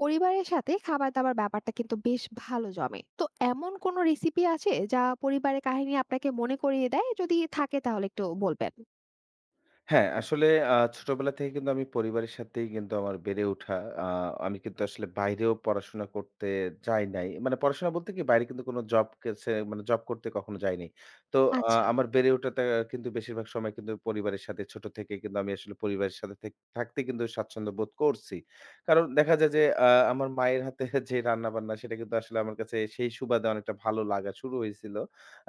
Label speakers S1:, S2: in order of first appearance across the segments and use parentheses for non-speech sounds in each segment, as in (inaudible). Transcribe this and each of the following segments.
S1: পরিবারের সাথে খাবার-দাবার ব্যাপারটা কিন্তু বেশ ভালো জমে। এমন কোনো রেসিপি আছে যা পরিবারের কাহিনী আপনাকে মনে করিয়ে দেয়? যদি থাকে তাহলে একটু বলবেন।
S2: হ্যাঁ, আসলে ছোটবেলা থেকে কিন্তু আমি পরিবারের সাথেই কিন্তু আমার বেড়ে ওঠা। আ আমি কিন্তু আসলে বাইরেও পড়াশোনা করতে যাই নাই। মানে পড়াশোনা বলতে কি বাইরে কিন্তু কোনো জব কাছে মানে জব করতে কখনো যাইনি। তো
S1: আচ্ছা।
S2: আমার বেড়ে ওঠাটা কিন্তু বেশিরভাগ সময় কিন্তু পরিবারের সাথে ছোট থেকে কিন্তু আমি আসলে পরিবারের সাথে থাকতে কিন্তু স্বাচ্ছন্দ্য বোধ করছি। কারণ দেখা যায় যে আমার মায়ের হাতে (laughs) যে রান্নাবান্না সেটা কিন্তু আসলে আমার কাছে সেই সুবাদে অনেকটা ভালো লাগা শুরু হয়েছিল।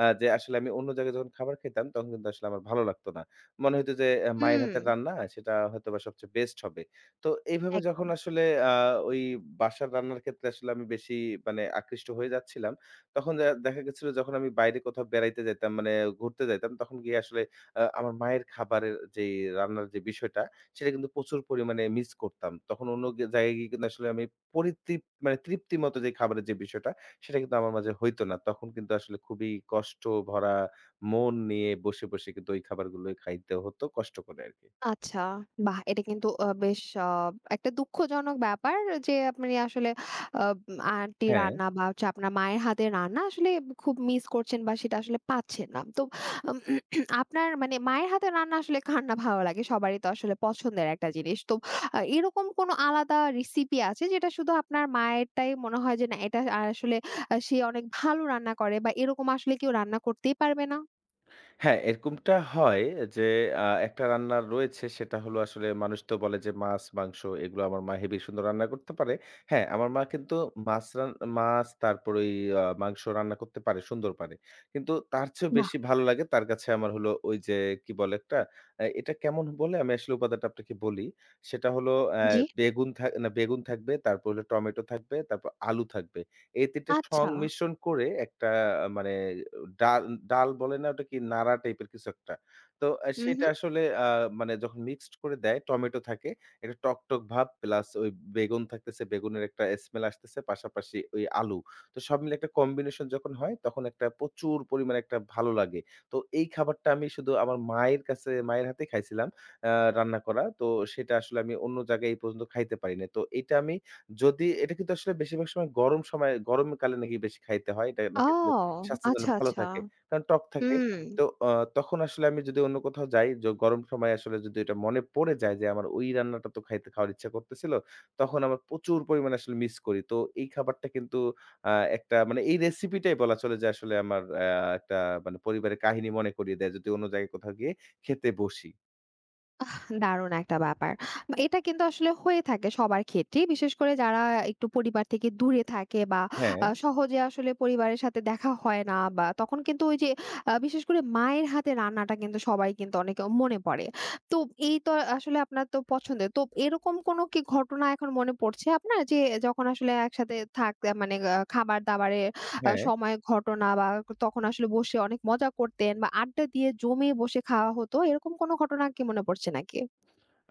S2: যে আসলে আমি অন্য জায়গায় যখন খাবার খেতাম তখন কিন্তু আসলে আমার ভালো লাগতো না। মনে হইতো যে মায়ের
S1: হুম,
S2: হাতের রান্না সেটা হয়তোবা সবচেয়ে বেস্ট হবে। তো এইভাবে
S1: একদম।
S2: যখন আসলে আ ওই বাসার রান্নার ক্ষেত্রে আসলে আমি বেশি মানে আকৃষ্ট হয়ে যাচ্ছিলাম, তখন দেখা গেছিল যখন আমি বাইরে কোথাও বেড়াইতে যাইতাম মানে ঘুরতে যাইতাম, তখন গিয়ে আসলে আমার মায়ের খাবারের যেই রান্নার যে বিষয়টা, সেটা কিন্তু প্রচুর পরিমাণে মিস করতাম। তখন অন্য জায়গায় গিয়ে কিন্তু আসলে আমি মানে তৃপ্তি মতো যে খাবারের যে বিষয়টা, সেটা কিন্তু আমার মাঝে হইতো না। তখন কিন্তু আসলে খুবই কষ্ট ভরা মন নিয়ে বসে, বসে কিন্তু ওই খাবারগুলোই খাইতে হতো কষ্ট করে আরকি।
S1: আচ্ছা, বাহ! এটা কিন্তু বেশ একটা দুঃখজনক ব্যাপার যে আপনি আসলে আ আন্টির
S2: হ্যাঁ।
S1: রান্না বা হচ্ছে আপনার মায়ের হাতের রান্না আসলে খুব মিস করছেন বা সেটা আসলে পাচ্ছেন না। তো আম আপনার মানে মায়ের হাতের রান্না আসলে কার না ভালো লাগে? সবারই তো আসলে পছন্দের একটা জিনিস। তো আ এরকম কোনো আলাদা রেসিপি আছে যেটা শুধু আপনার মায়েরটাই মনে হয় যে না এটা আসলে সে অনেক ভালো রান্না করে বা এরকম আসলে কেউ রান্না করতেই পারবে না?
S2: হ্যাঁ, এরকমটা হয় যে একটা রান্না রয়েছে সেটা হলো আসলে মানুষ তো বলে যে মাছ, মাংস এগুলো আমার মা হেবি সুন্দর রান্না করতে পারে। হ্যাঁ, আমার মা কিন্তু মাছ রান মাছ তারপর ওই মাংস রান্না করতে পারে, সুন্দর পারে। কিন্তু তার চেয়েও
S1: বাহ!
S2: বেশি ভালো লাগে তার কাছে আমার হলো ওই যে কি বলে একটা এটা কেমন বলে আমি আসলে উপাদানটা আপনাকে বলি। সেটা হলো
S1: জি।
S2: বেগুন থাকবে, তারপর হলো টমেটো থাকবে, তারপর আলু থাকবে। এই ৩ টা
S1: আচ্ছা।
S2: সংমিশ্রণ করে একটা মানে ডাল ডাল বলে না? ওটা কি নাড়া টাইপের কিছু একটা। তো
S1: উহু।
S2: সেটা আসলে মানে যখন মিক্সড করে দেয়, টমেটো থাকে। একটা টকটক ভাব প্লাস ওই বেগুন থাকতেছে, বেগুনের একটা স্মেল আসতেছে, পাশাপাশি ওই আলু। তো সব মিলে একটা কম্বিনেশন যখন হয়, তখন একটা প্রচুর পরিমাণে একটা ভালো লাগে। তো এই খাবারটা আমি শুধু আমার মায়ের কাছে মায়ের হাতেই খাইছিলাম আ রান্না করা। তো সেটা আসলে আমি অন্য জায়গায় এই পর্যন্ত খাইতে পারি নাই। তো এটা আমি যদি এটা কিন্তু আসলে বেশিরভাগ সময় গরম সময় গরমকালে নাকি বেশি খাইতে হয়। এটা
S1: ও!
S2: নাকি আসলে স্বাস্থ্যের জন্য
S1: আচ্ছা,
S2: ভালো
S1: আচ্ছা।
S2: থাকে। কারণ টক থাকে।
S1: হুম।
S2: তো তখন আসলে আমি যদি অন্য কোথাও যাই, গরম সময়ে আসলে যদি এটা মনে পড়ে যায় যে আমার ওই রান্নাটা তো খাইতে খাওয়ার ইচ্ছা করতেছিল, তখন আমার প্রচুর পরিমাণে আসলে মিস করি। তো এই খাবারটা কিন্তু একটা মানে এই রেসিপিটাই বলা চলে যে আসলে আমার একটা মানে পরিবারের কাহিনী মনে করিয়ে দেয় যদি অন্য জায়গায় কোথাও গিয়ে খেতে বসি।
S1: দারুণ একটা ব্যাপার। এটা কিন্তু আসলে হয়ে থাকে সবার ক্ষেত্রেই। বিশেষ করে যারা একটু পরিবার থেকে দূরে থাকে বা
S2: হ্যাঁ,
S1: সহজে আসলে পরিবারের সাথে দেখা হয় না বা তখন কিন্তু ওই যে বিশেষ করে মায়ের হাতে রান্নাটা কিন্তু সবাই কিন্তু অনেকে মনে পড়ে। তো এই তো আসলে আপনার তো পছন্দের। তো এরকম কোনো কি ঘটনা এখন মনে পড়ছে আপনার? যে যখন আসলে একসাথে থাকতে মানে খাবার-দাবারের
S2: হ্যাঁ।
S1: সময় ঘটনা বা তখন আসলে বসে অনেক মজা করতেন বা আড্ডা দিয়ে জমে বসে খাওয়া হতো। এরকম কোনো ঘটনা কি মনে পড়ছে নাকি?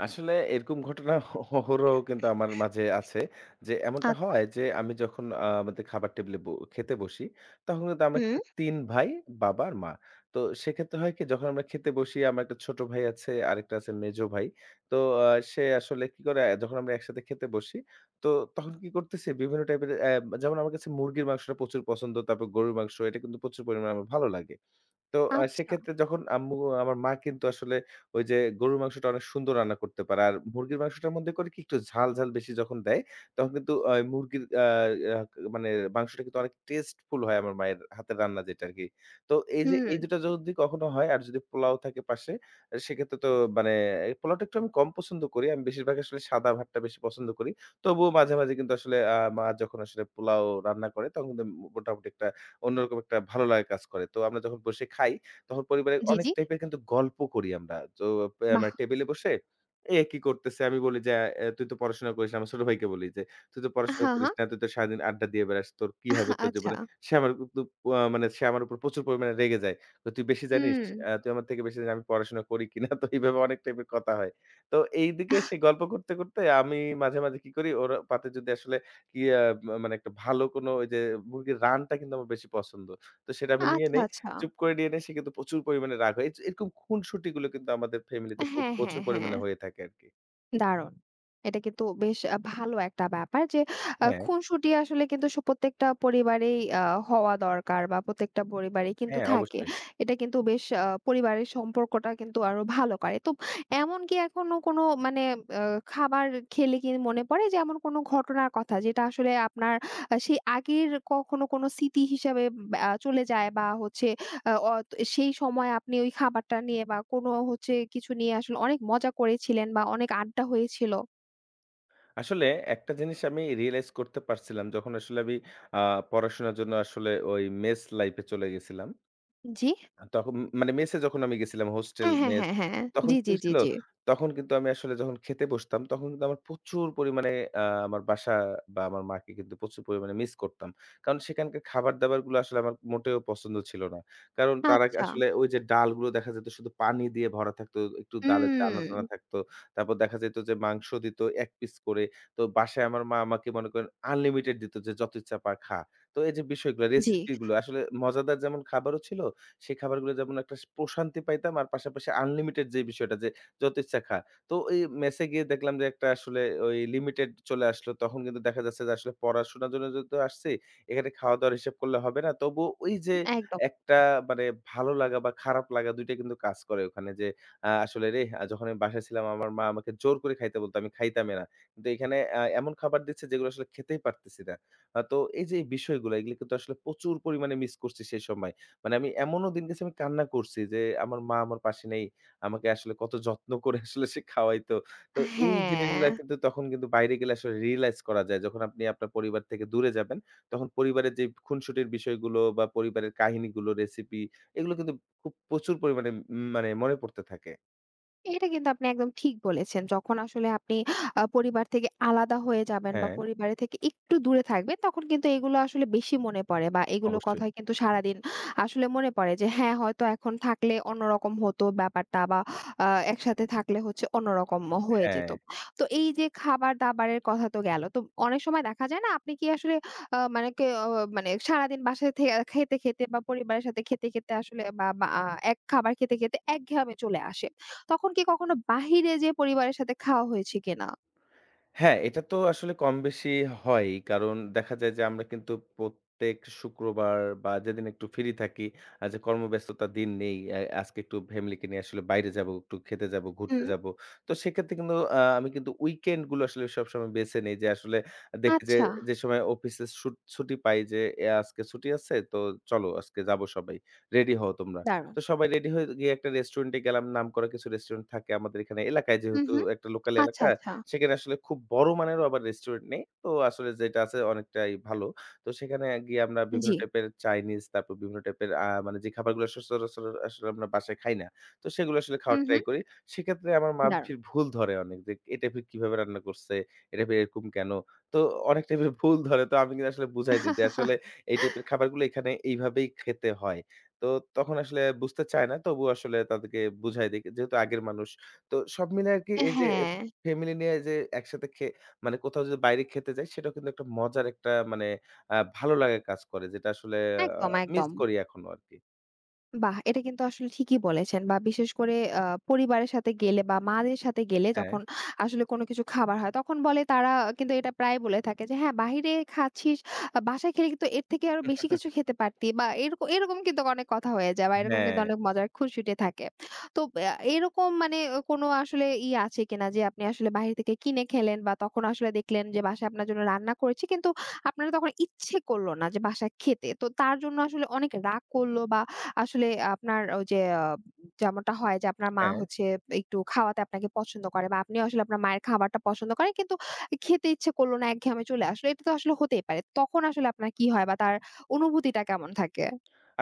S2: আসলে এরকম ঘটনা অহরহ কিন্তু আমার মাঝে আছে। যে এমনটা
S1: আচ্ছা।
S2: হয় যে আমি যখন আমাদের খাবার টেবলে খেতে বসি, তখন কিন্তু আমরা
S1: হুম।
S2: ৩ ভাই, বাবা আর মা। তো সেক্ষেত্রে হয় কি যখন আমরা খেতে বসি আমার একটা ছোট ভাই আছে, আরেকটা আছে মেজো ভাই। তো আ সে আসলে কি করে আহ, যখন আমরা একসাথে খেতে বসি, তো তখন কি করতেছি বিভিন্ন টাইপের যেমন আমার কাছে মুরগির মাংসটা প্রচুর পছন্দ, তারপর গরুর মাংস এটা কিন্তু প্রচুর পরিমাণে আমার ভালো লাগে। তো
S1: আচ্ছা।
S2: সেক্ষেত্রে যখন আম্মু আমার মা কিন্তু আসলে ওই যে গরুর মাংসটা অনেক সুন্দর রান্না করতে পারে। আর মুরগির মাংসটার মধ্যে করে কি একটু ঝাল, ঝাল বেশি যখন দেয়, তখন কিন্তু মুরগির আ আ মানে মাংসটা কিন্তু অনেক টেস্টফুল হয় আমার মায়ের হাতের রান্না যেটা আরকি। তো এই যে
S1: হুম।
S2: এই ২ টা যদি কখনো হয় আর যদি পোলাও থাকে পাশে, আহ, সেক্ষেত্রে তো মানে এই পোলাওটা একটু আমি কম পছন্দ করি। আমি বেশিরভাগ আসলে সাদা ভাতটা বেশি পছন্দ করি। তবুও মাঝে, মাঝে কিন্তু আসলে মা যখন আসলে পোলাও রান্না করে তখন কিন্তু মোটামুটি একটা অন্যরকম একটা ভালো লাগা কাজ করে। তো আমরা যখন বসে খাই, তখন পরিবারের
S1: জি,
S2: অনেক
S1: জি।
S2: টাইপের কিন্তু গল্প করি আমরা। তো
S1: বাহ!
S2: মানে টেবিলে বসে, "এ কি করতেছে?" আমি বলি যে, তুই তো পড়াশোনা করিস না।" আমার ছোট ভাইকে বলি যে, "তুই তো পড়াশোনা
S1: হ্যাঁ,
S2: করিস
S1: হ্যাঁ।
S2: না। তুই তো সারাদিন আড্ডা দিয়ে বেড়াস। তোর কি হবে তোর
S1: আচ্ছা।
S2: জীবনে?" সে আমার কিন্তু মানে সে আমার উপর প্রচুর পরিমাণে রেগে যায়। "তো তুই বেশি জানিস?
S1: হুম।
S2: তুই আমার থেকে বেশি জানিস আমি পড়াশোনা করি কিনা?" তো এইভাবে অনেক টাইপের কথা হয়। তো এইদিকে সে গল্প করতে, করতে আমি মাঝে, মাঝে কি করি ওর পাতে যদি আসলে কি মা মানে একটা ভালো কোনো ওই যে মুরগির রানটা কিন্তু আমার বেশি পছন্দ। তো সেটা আমি নিয়ে
S1: আচ্ছা,
S2: নেই।
S1: আচ্ছা।
S2: চুপ করে নিয়ে নেই সে কিন্তু প্রচুর পরিমাণে রাগ হয়। এরকম খুনসুটিগুলো কিন্তু আমাদের ফ্যামিলিতে খুব
S1: হ্যাঁ, হ্যাঁ,
S2: প্রচুর
S1: হ্যাঁ।
S2: পরিমাণে হয়ে থাকে আরকি।
S1: দারুণ! এটা কিন্তু বেশ ভালো একটা ব্যাপার যে
S2: হ্যাঁ,
S1: খুনসুটি আসলে কিন্তু প্রত্যেকটা পরিবারেই হওয়া দরকার বা প্রত্যেকটা পরিবারেই কিন্তু
S2: হ্যাঁ
S1: থাকে।
S2: অবশ্যই।
S1: এটা কিন্তু বেশ পরিবারের সম্পর্কটা কিন্তু আরো ভালো করে। তো এমন কি এখনো কোনো মানে আ খাবার খেলে কি মনে পড়ে যে এমন কোনো ঘটনার কথা যেটা আসলে আপনার সেই আগের কখনো কোনো স্মৃতি হিসাবে বা চলে যায় বা হচ্ছে আ অত সেই সময় আপনি ওই খাবারটা নিয়ে বা কোনো হচ্ছে কিছু নিয়ে আসলে অনেক মজা করেছিলেন বা অনেক আড্ডা হয়েছিল?
S2: আসলে একটা জিনিস আমি রিয়ালাইজ করতে পারছিলাম যখন আসলে আমি আ পড়াশোনার জন্য আসলে ওই মেস লাইফ এ চলে গেছিলাম।
S1: জি।
S2: তখন মানে মেসে যখন আমি গেছিলাম হোস্টেল,
S1: হ্যাঁ, হ্যাঁ,
S2: মেস
S1: হ্যাঁ, হ্যাঁ।
S2: তখন
S1: জি,
S2: কি
S1: জি, জি,
S2: হয়েছিল?
S1: জি।
S2: তখন কিন্তু আমি আসলে যখন খেতে বসতাম তখন কিন্তু আমার প্রচুর পরিমাণে আমার বাসা বা আমার মাকে কিন্তু প্রচুর পরিমাণে মিস করতাম। কারণ সেখানকার খাবার-দাবারগুলো আসলে আমার মোটেও পছন্দ ছিল না। কারণ তারা
S1: আচ্ছা।
S2: আসলে ওই যে ডালগুলো দেখা যেত শুধু পানি দিয়ে ভরা থাকতো, একটু ডালের
S1: হুম।
S2: দানা-টানা থাকতো। তারপর দেখা যেত যে মাংস দিত ১ পিস করে। তো বাসায় আমার মা আমাকে মনে করেন আনলিমিটেড দিত যে, "যত ইচ্ছা পা খা।" তো এই যে বিষয়গুলো,
S1: জি,
S2: রেসিপিগুলো আসলে মজাদার যেমন খাবারও ছিল সেই খাবারগুলো যেমন একটা প্রশান্তি পাইতাম আর পাশাপাশি আনলিমিটেড যে বিষয়টা যে যত ইচ্ছা খা। তো এই মেসে গিয়ে দেখলাম যে একটা আসলে ওই লিমিটেড চলে আসলো। তখন কিন্তু দেখা যাচ্ছে যে আসলে পড়াশোনার জন্য যেহেতু আসছি, এখানে খাওয়া-দাওয়ার হিসাব করলে হবে না। তবুও ওই যে
S1: একদম।
S2: একটা মানে ভালো লাগা বা খারাপ লাগা ২ টা কিন্তু কাজ করে ওখানে যে আসলে রে আহ, যখন আমি বাসায় ছিলাম আমার মা আমাকে জোর করে খাইতে বলতো, আমি খাইতামই না। কিন্তু এখানে এমন খাবার দিচ্ছে যেগুলো আসলে খেতেই পারতেছি না। তো এই যে এই বিষয়গুলো এগুলো কিন্তু আসলে প্রচুর পরিমাণে মিস করছি সেই সময়। মানে আমি এমনও দিন গেছে আমি কান্না করছি যে, আমার মা আমার পাশে নেই। আমাকে আসলে কত যত্ন করে আসলে সে খাওয়াইতো। তো এই
S1: হ্যাঁ।
S2: জিনিসগুলা কিন্তু তখন কিন্তু বাইরে গেলে আসলে রিয়ালাইজ করা যায়। যখন আপনি আপনার পরিবার থেকে দূরে যাবেন, তখন পরিবারের যে খুনসুটির বিষয়গুলো বা পরিবারের কাহিনীগুলো, রেসিপি এগুলো কিন্তু খুব প্রচুর পরিমাণে মানে মনে পড়তে থাকে।
S1: এটা কিন্তু আপনি একদম ঠিক বলেছেন। যখন আসলে আপনি পরিবার থেকে আলাদা হয়ে যাবেন বা
S2: হ্যাঁ,
S1: পরিবারের থেকে একটু দূরে থাকবেন, তখন কিন্তু এগুলো আসলে বেশি মনে পড়ে বা এগুলোর
S2: অবশ্যই।
S1: কথাই কিন্তু সারাদিন আসলে মনে পড়ে যে হ্যাঁ, হয়তো এখন থাকলে অন্যরকম হতো ব্যাপারটা বা আ একসাথে থাকলে হচ্ছে অন্যরকম হয়ে যেত।
S2: হ্যাঁ।
S1: তো এই যে খাবার-দাবারের কথা তো গেল। তো অনেক সময় দেখা যায় না আপনি কি আসলে মানে কে অ মানে সারাদিন বাসায় থে খেতে, খেতে বা পরিবারের সাথে খেতে, খেতে আসলে বা বা আ এক খাবার খেতে, খেতে একঘেয়ামি চলে আসে। তখন কি কখনো বাহিরে যেয়ে পরিবারের সাথে খাওয়া হয়েছে কিনা?
S2: হ্যাঁ, এটা তো আসলে কমবেশি হয়ই। কারণ দেখা যায় যে আমরা কিন্তু প্রত্যেক শুক্রবার বা যেদিন একটু ফ্রি থাকি, যে কর্মব্যস্ততার দিন নেই, আজকে একটু ফ্যামিলিকে নিয়ে আসলে বাইরে যাবো, একটু খেতে যাবো, ঘুরতে
S1: হুম।
S2: যাবো। তো সেক্ষেত্রে কিন্তু আমি কিন্তু উইকেন্ড গুলো আসলে সবসময় বেছে নেই যে আসলে দেখি যে,
S1: আচ্ছা।
S2: যে সময় অফিসে ছুটি পাই যে আজকে ছুটি আছে তো চলো আজকে যাবো সবাই। রেডি হও তোমরা।
S1: দারুণ।
S2: তো সবাই রেডি হয়ে গিয়ে একটা রেস্টুরেন্টে গেলাম। নামকরা কিছু রেস্টুরেন্ট থাকে আমাদের এখানে এলাকায়
S1: হু,
S2: যেহেতু
S1: হু।
S2: একটা লোকাল
S1: আচ্ছা,
S2: এলাকা
S1: আচ্ছা।
S2: সেখানে আসলে খুব বড় মানেরও আবার রেস্টুরেন্ট নেই। তো আসলে যেটা আছে অনেকটাই ভালো। তো সেখানে গিয়ে আমরা বিভিন্ন
S1: জি।
S2: টাইপের চাইনিজ, তারপর বিভিন্ন টাইপের মানে যে খাবারগুলো সচরাচর আসলে আমরা বাসায় খাই না। তো সেগুলো আসলে
S1: হু,
S2: খাওয়ার
S1: হু।
S2: ট্রাই করি। সেক্ষেত্রে আমার মা
S1: দারুণ।
S2: ফির ভুল ধরে অনেক যে এ টাইপের কিভাবে রান্না করছে? এ টাইপের এরকম কেন? তো অনেক টাইপের ভুল ধরে। তো আমি কিন্তু আসলে বুঝাই দিই যে আসলে
S1: (laughs)
S2: এই টাইপের খাবারগুলো এখানে এইভাবেই খেতে হয়। তো তখন আসলে বুঝতে চায় না। তবুও আসলে তাদেরকে বুঝায় দেই। যেহেতু আগের মানুষ। তো সব মিলে আরকি এই যে
S1: হ্যাঁ,
S2: ফ্যামিলি নিয়ে যে একসাথে মানে কোথাও যদি বাইরে খেতে যাই, সেটাও কিন্তু একটা মজার একটা মানে ভালো লাগা কাজ করে। যেটা আসলে আ
S1: একদম,
S2: মিস
S1: একদম।
S2: করি এখনো আরকি।
S1: বাহ! এটা কিন্তু আসলে ঠিকই বলেছেন বা বিশেষ করে আ পরিবারের সাথে গেলে বা মাদের সাথে গেলে
S2: হ্যাঁ।
S1: যখন আসলে কোনো কিছু খাবার হয় তখন বলে তারা কিন্তু এটা প্রায় বলে থাকে যে, "হ্যাঁ, বাহিরে খাচ্ছিস, বাসায় খেলে কিন্তু এর থেকে আরো বেশি কিছু
S2: (laughs)
S1: খেতে পারতি" বা এরকম কিন্তু অনেক কথা হয়ে যায় বা এরকম কিন্তু
S2: হ্যাঁ,
S1: অনেক মজার খুনসুটি থাকে। তো আ এরকম মানে কোনো আসলে আছে কিনা যে আপনি আসলে বাহির থেকে কিনে খেলেন বা তখন আসলে দেখলেন যে বাসায় আপনার জন্য রান্না করেছে কিন্তু আপনার তখন ইচ্ছে করল না যে বাসায় খেতে। তো তার জন্য আসলে অনেক রাগ করল বা আসলে আপনার ওই যে যেমনটা হয় যে আপনার মা
S2: হ্যাঁ।
S1: হচ্ছে একটু খাওয়াতে আপনাকে পছন্দ করে বা আপনিও আসলে আপনার মায়ের খাবারটা পছন্দ করেন কিন্তু খেতে ইচ্ছে করল না, একঘেয়েমি চলে আসলো। এটা তো আসলে হতেই পারে। তখন আসলে আপনার কি হয় বা তার অনুভূতিটা কেমন থাকে?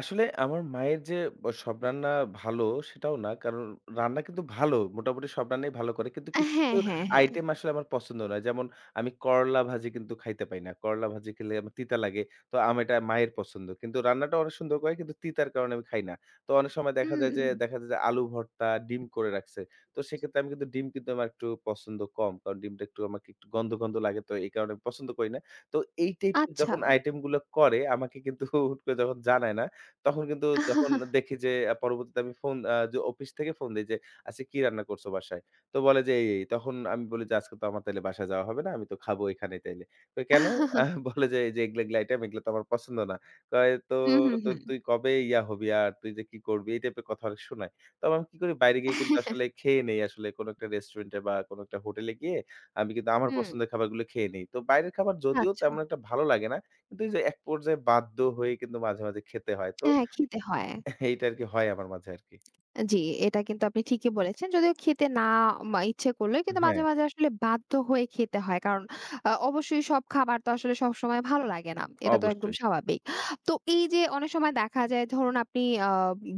S2: আসলে আমার মায়ের যে সব রান্না ভালো সেটাও না। কারণ রান্না কিন্তু ভালো। মোটামুটি সব রান্নাই ভালো করে। কিন্তু কিছু,
S1: হ্যাঁ,
S2: কিছু
S1: হ্যাঁ, হ্যাঁ।
S2: আইটেম আসলে আমার পছন্দ না। যেমন আমি করলা ভাজি কিন্তু খাইতে পারি না। করলা ভাজি খেলে আমার তিতা লাগে। তো এটা মায়ের পছন্দ। কিন্তু রান্নাটা অনেক সুন্দর করে কিন্তু তিতার কারণে আমি খাই না। তো অনেক সময় দেখা
S1: হুম,
S2: যায় যে দেখা যায় যে আলু ভর্তা, ডিম করে রাখছে। তো সেক্ষেত্রে আমি কিন্তু ডিম কিন্তু আমার একটু পছন্দ কম। কারণ ডিমটা একটু আমাকে একটু গন্ধ, গন্ধ লাগে। তো এই কারণে আমি পছন্দ করি না। তো এই টাইপের
S1: আচ্ছা।
S2: যখন আইটেম গুলো করে আমাকে কিন্তু হুট করে যখন জানায় না তখন কিন্তু যখন দেখি যে পরবর্তীতে আমি ফোন যে অফিস থেকে ফোন দেই যে, "আচ্ছা কি রান্না করছো বাসায়?" তো বলে যে, "এই, এই।" তখন আমি বলি যে, "আজকে তো আমার তাইলে বাসায় যাওয়া হবে না। আমি তো খাবো এখানেই তাইলে।" কই, "কেন?" বলে যে, "এই যে এগুলা, এগুলা আইটেম এগুলা তো আমার পছন্দ না।" কয়, "তো
S1: হুম, হুম,
S2: তো
S1: হুম।
S2: তুই কবে ইয়া হবি আর তুই যে কি করবি?" এই টাইপের কথা অনেক শোনায়। তবে আমি কি করি বাইরে গিয়ে কিন্তু আসলে খেয়ে নেই আসলে কোনো একটা রেস্টুরেন্টে বা কোনো একটা হোটেলে গিয়ে আমি কিন্তু আমার
S1: হুম,
S2: পছন্দের খাবারগুলো খেয়ে নেই। তো বাইরের খাবার যদিও
S1: আচ্ছা।
S2: তেমন একটা ভালো লাগে না। কিন্তু এই যে এক পর্যায়ে বাধ্য হয়ে কিন্তু মাঝে, মাঝে খেতে হয়। তো
S1: হ্যাঁ, খেতে হয়।
S2: এইটা আরকি হয় আমার মাঝে আরকি।
S1: জি, এটা কিন্তু আপনি ঠিকই বলেছেন। যদিও খেতে না মা ইচ্ছে করলেও কিন্তু মাঝে,
S2: হ্যাঁ,
S1: মাঝে আসলে বাধ্য হয়ে খেতে হয়। কারণ অবশ্যই সব খাবার তো আসলে সবসময় ভালো লাগে না। এটা তো একদম
S2: অবশ্যই।
S1: স্বাভাবিক। তো এই যে অনেক সময় দেখা যায় ধরুন আপনি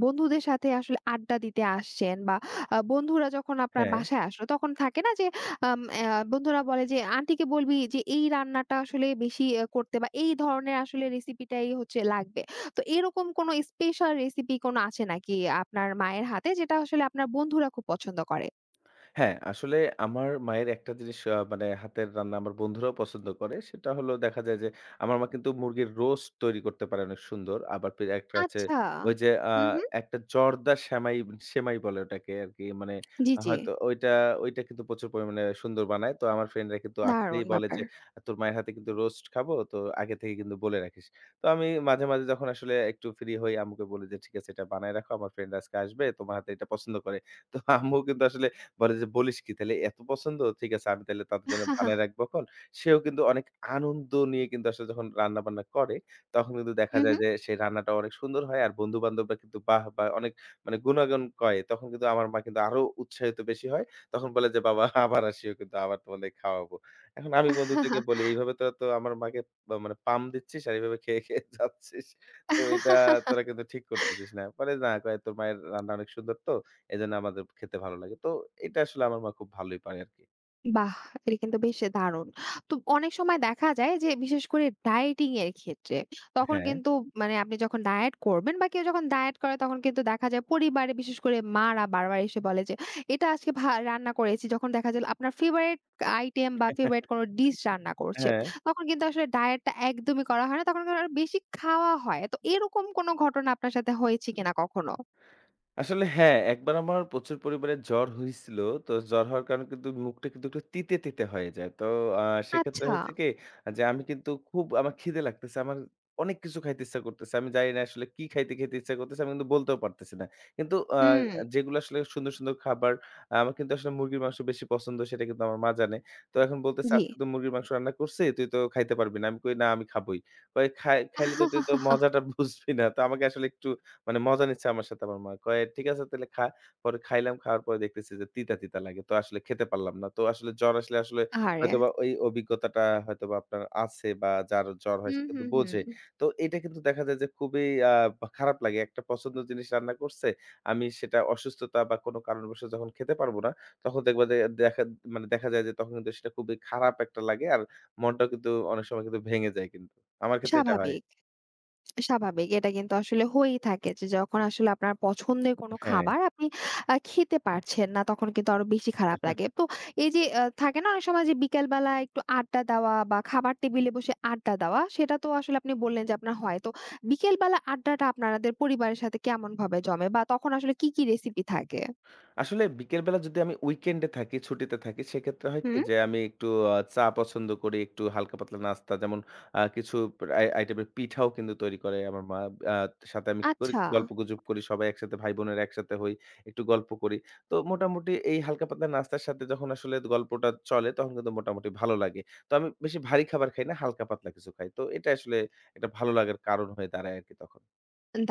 S1: বন্ধুদের সাথে আসলে আড্ডা দিতে আসছেন বা বন্ধুরা যখন আপনার
S2: হ্যাঁ,
S1: বাসায় আসলো তখন থাকে না যে আম অ্যা বন্ধুরা বলে যে, "আন্টিকে বলবি যে এই রান্নাটা আসলে বেশি করতে বা এই ধরনের আসলে রেসিপিটাই হচ্ছে লাগবে।" তো এরকম কোনো স্পেশাল রেসিপি কোনো আছে নাকি আপনার মায়ের হাতে যেটা আসলে আপনার বন্ধুরা খুব পছন্দ করে?
S2: হ্যাঁ, আসলে আমার মায়ের একটা জিনিস মানে হাতের রান্না আমার বন্ধুরাও পছন্দ করে। সেটা হলো দেখা যায় যে, আমার মা কিন্তু মুরগির roast তৈরি করতে পারে অনেক সুন্দর। আবার পে একটা আছে
S1: আচ্ছা।
S2: ওই যে
S1: হু, হু।
S2: একটা জর্দা সেমাই, সেমাই বলে ওটাকে আরকি। মানে
S1: জি, জি।
S2: হয়তো ওইটা, কিন্তু প্রচুর পরিমাণে সুন্দর বানায়। তো আমার ফ্রেন্ডরা কিন্তু
S1: দারুণ
S2: আসলেই বলে
S1: ব্যাপার।
S2: যে, "তোর মায়ের হাতে কিন্তু roast খাবো। তো আগে থেকে কিন্তু বলে রাখিস।" তো আমি মাঝে, মাঝে যখন আসলে একটু ফ্রি হই আম্মুকে বলি যে, "ঠিক আছে এটা বানায় রাখো। আমার ফ্রেন্ড আজকে আসবে। তোমার হাতের এটা পছন্দ করে।" তো আম্মু কিন্তু আসলে বলে যে, "বলিস কি? তাহলে এত পছন্দ? ঠিক আছে আমি তাহলে তাদের জন্য বানায় রাখবো এখন।" সেও কিন্তু অনেক আনন্দ নিয়ে কিন্তু আসলে যখন রান্না-বান্না করে, তখন কিন্তু দেখা
S1: হু,
S2: যায়
S1: হু।
S2: যে সেই রান্নাটা অনেক সুন্দর হয়। আর বন্ধু-বান্ধবরা কিন্তু বাহ! বা অনেক মানে গুণাগুণ কয়। তখন কিন্তু আমার মা কিন্তু আরো উৎসাহিত বেশি হয়। তখন বলে যে, "বাবা (laughs) আবার আসিও কিন্তু আবার তোমাদের খাওয়াবো।" এখন আমি বন্ধুদেরকে বলি, "এইভাবে তোরা তো আমার মাকে বা মানে পাম দিচ্ছিস আর এইভাবে খেয়ে, খেয়ে যাচ্ছিস। তো এটা তোরা কিন্তু ঠিক করতেছিস না।" বলে, "না" কয়, "তোর মায়ের রান্না অনেক সুন্দর তো। এজন্য আমাদের খেতে ভালো লাগে। তো এটা আসলে আমার মা খুব ভালোই পারে আরকি।
S1: বাহ! এটা কিন্তু বেশ দারুণ। তো অনেক সময় দেখা যায় যে বিশেষ করে ডায়েটিং এর ক্ষেত্রে তখন
S2: হ্যাঁ,
S1: কিন্তু মানে আপনি যখন ডায়েট করবেন বা কেউ যখন ডায়েট করে তখন কিন্তু দেখা যায় পরিবারে বিশেষ করে মারা বারবার এসে বলে যে, "এটা আজকে রান্না করেছি।" যখন দেখা যায় আপনার ফেভারিট আইটেম বা ফেভারিট কোনো
S2: (laughs)
S1: ডিশ রান্না করছে,
S2: হ্যাঁ।
S1: তখন কিন্তু আসলে ডায়েটটা একদমই করা হয় না। তখন কিন্তু আরো বেশি খাওয়া হয়। তো এরকম কোনো ঘটনা আপনার সাথে হয়েছে কিনা কখনো?
S2: আসলে হ্যাঁ, একবার আমার প্রচুর পরিমাণে জ্বর হইছিল। তো জ্বর হওয়ার কারণে কিন্তু মুখটা কিন্তু একটু তিতে, তিতে হয়ে যায়। তো আ সেক্ষেত্রে
S1: আচ্ছা।
S2: হয়েছে কি যে আমি কিন্তু খুব আমার খিদে লাগতেছে। আমার অনেক কিছু খাইতে ইচ্ছা করতেছে। আমি জানি না আসলে কি খাইতে, খেতে ইচ্ছা করতেছে আমি কিন্তু বলতেও পারতেছি না। কিন্তু আ
S1: হুম।
S2: যেগুলো আসলে সুন্দর, সুন্দর খাবার আমার কিন্তু আসলে মুরগির মাংস বেশি পছন্দ সেটা কিন্তু আমার মা জানে। তো এখন বলতেছে,
S1: জি।
S2: "আজকে তো মুরগির মাংস রান্না করছি, তুই তো খাইতে পারবি না।" আমি কই, "না আমি খাবোই।" কয়, "খাইলে তো তুই তো মজাটা (laughs) বুঝবি না।" তো আমাকে আসলে একটু মানে মজা নিচ্ছে আমার সাথে আমার মা। কয়, "ঠিক আছে তাইলে খা।" পরে খাইলাম। খাওয়ার পরে দেখতেছি যে তিতা, তিতা লাগে। তো আসলে খেতে পারলাম না। তো আসলে জ্বর আসলে আসলে
S1: আহারে!
S2: হয়তোবা ওই অভিজ্ঞতাটা হয়তোবা আপনার আছে বা যার জ্বর হয় সে
S1: হুম,
S2: কিন্তু
S1: হুম, হুম।
S2: বোঝে। তো এটা কিন্তু দেখা যায় যে খুবই বা খারাপ লাগে। একটা পছন্দের জিনিস রান্না করছে। আমি সেটা অসুস্থতা বা কোনো কারণবশত যখন খেতে পারব না, তখন দেখবা যে দেখা মানে দেখা যায় যে তখন কিন্তু সেটা খুবই খারাপ একটা লাগে। আর মনটাও কিন্তু অনেক সময় কিন্তু ভেঙে যায় কিন্তু। আমার ক্ষেত্রে এটা হয়।
S1: স্বাভাবিক। স্বাভাবিক। এটা কিন্তু আসলে হয়েই থাকে যে যখন আসলে আপনার পছন্দের কোনো
S2: হ্যাঁ।
S1: খাবার আপনি খেতে পারছেন না তখন কিন্তু আরো বেশি খারাপ লাগে। তো এই যে থাকে না অনেক সময় যে বিকেলবেলা একটু আড্ডা দেওয়া বা খাবার টেবিলে বসে আড্ডা দেওয়া সেটা তো আসলে আপনি বললেন যে আপনার হয়। তো বিকেলবেলা আড্ডাটা আপনাদের পরিবারের সাথে কেমনভাবে জমে বা তখন আসলে কি, কি রেসিপি থাকে?
S2: আসলে বিকেলবেলা যদি আমি উইকেন্ডে থাকি, ছুটিতে থাকি, সেক্ষেত্রে হয় কি
S1: হুম।
S2: যে আমি একটু চা পছন্দ করি, একটু হালকা পাতলা নাস্তা যেমন কিছু আইটেমের পিঠাও কিন্তু তৈরি করে আমার মা। আ সাথে আমি কি করি
S1: আচ্ছা।
S2: একটু গল্পগুজব করি। সবাই একসাথে ভাই বোনেরা একসাথে হই, একটু গল্প করি। তো মোটামুটি এই হালকা পাতলা নাস্তার সাথে যখন আসলে গল্পটা চলে তখন কিন্তু মোটামুটি ভালো লাগে। তো আমি বেশি ভারী খাবার খাই না, হালকা পাতলা কিছু খাই। তো এটা আসলে একটা ভালো লাগার কারণ হয়ে দাঁড়ায় আরকি তখন।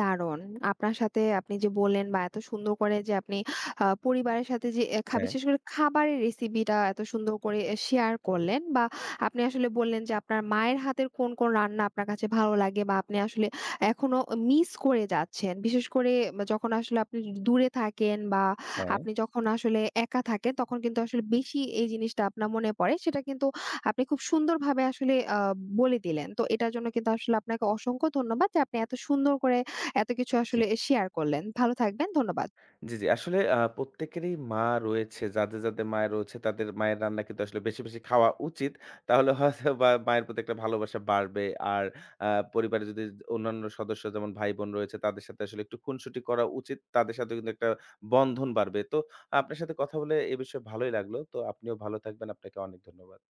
S1: দারুণ! আপনার সাথে আপনি যে বললেন বা এত সুন্দর করে যে আপনি পরিবারের সাথে যে এ খা
S2: হ্যাঁ,
S1: বিশেষ করে খাবারের রেসিপিটা এত সুন্দর করে শেয়ার করলেন বা আপনি আসলে বললেন যে আপনার মায়ের হাতের কোন, কোন রান্না আপনার কাছে ভালো লাগে বা আপনি আসলে এখনো মিস করে যাচ্ছেন। বিশেষ করে যখন আসলে আপনি দূরে থাকেন বা
S2: হ্যাঁ।
S1: আপনি যখন আসলে একা থাকেন তখন কিন্তু আসলে বেশি এই জিনিসটা আপনার মনে পড়ে। সেটা কিন্তু আপনি খুব সুন্দরভাবে আসলে বলে দিলেন। তো এটার জন্য কিন্তু আসলে আপনাকে অসংখ্য ধন্যবাদ যে আপনি এত সুন্দর করে এত কিছু
S2: জি।
S1: আসলে শেয়ার করলেন। ভালো থাকবেন। ধন্যবাদ।
S2: জি, জি। আসলে প্রত্যেকেরই মা রয়েছে। যাদের, যাদের মায়ের রয়েছে তাদের মায়ের রান্না কিন্তু আসলে বেশি, বেশি খাওয়া উচিত। তাহলে হয়তোবা মায়ের প্রতি একটা ভালোবাসা বাড়বে। আর আ পরিবারে যদি অন্যান্য সদস্য যেমন ভাই-বোন রয়েছে তাদের সাথে আসলে একটু খুনসুটি করা উচিত। তাদের সাথে কিন্তু একটা বন্ধন বাড়বে। তো আপনার সাথে কথা বলে এ বিষয়ে ভালোই লাগলো। তো আপনিও ভালো থাকবেন। আপনাকে অনেক ধন্যবাদ।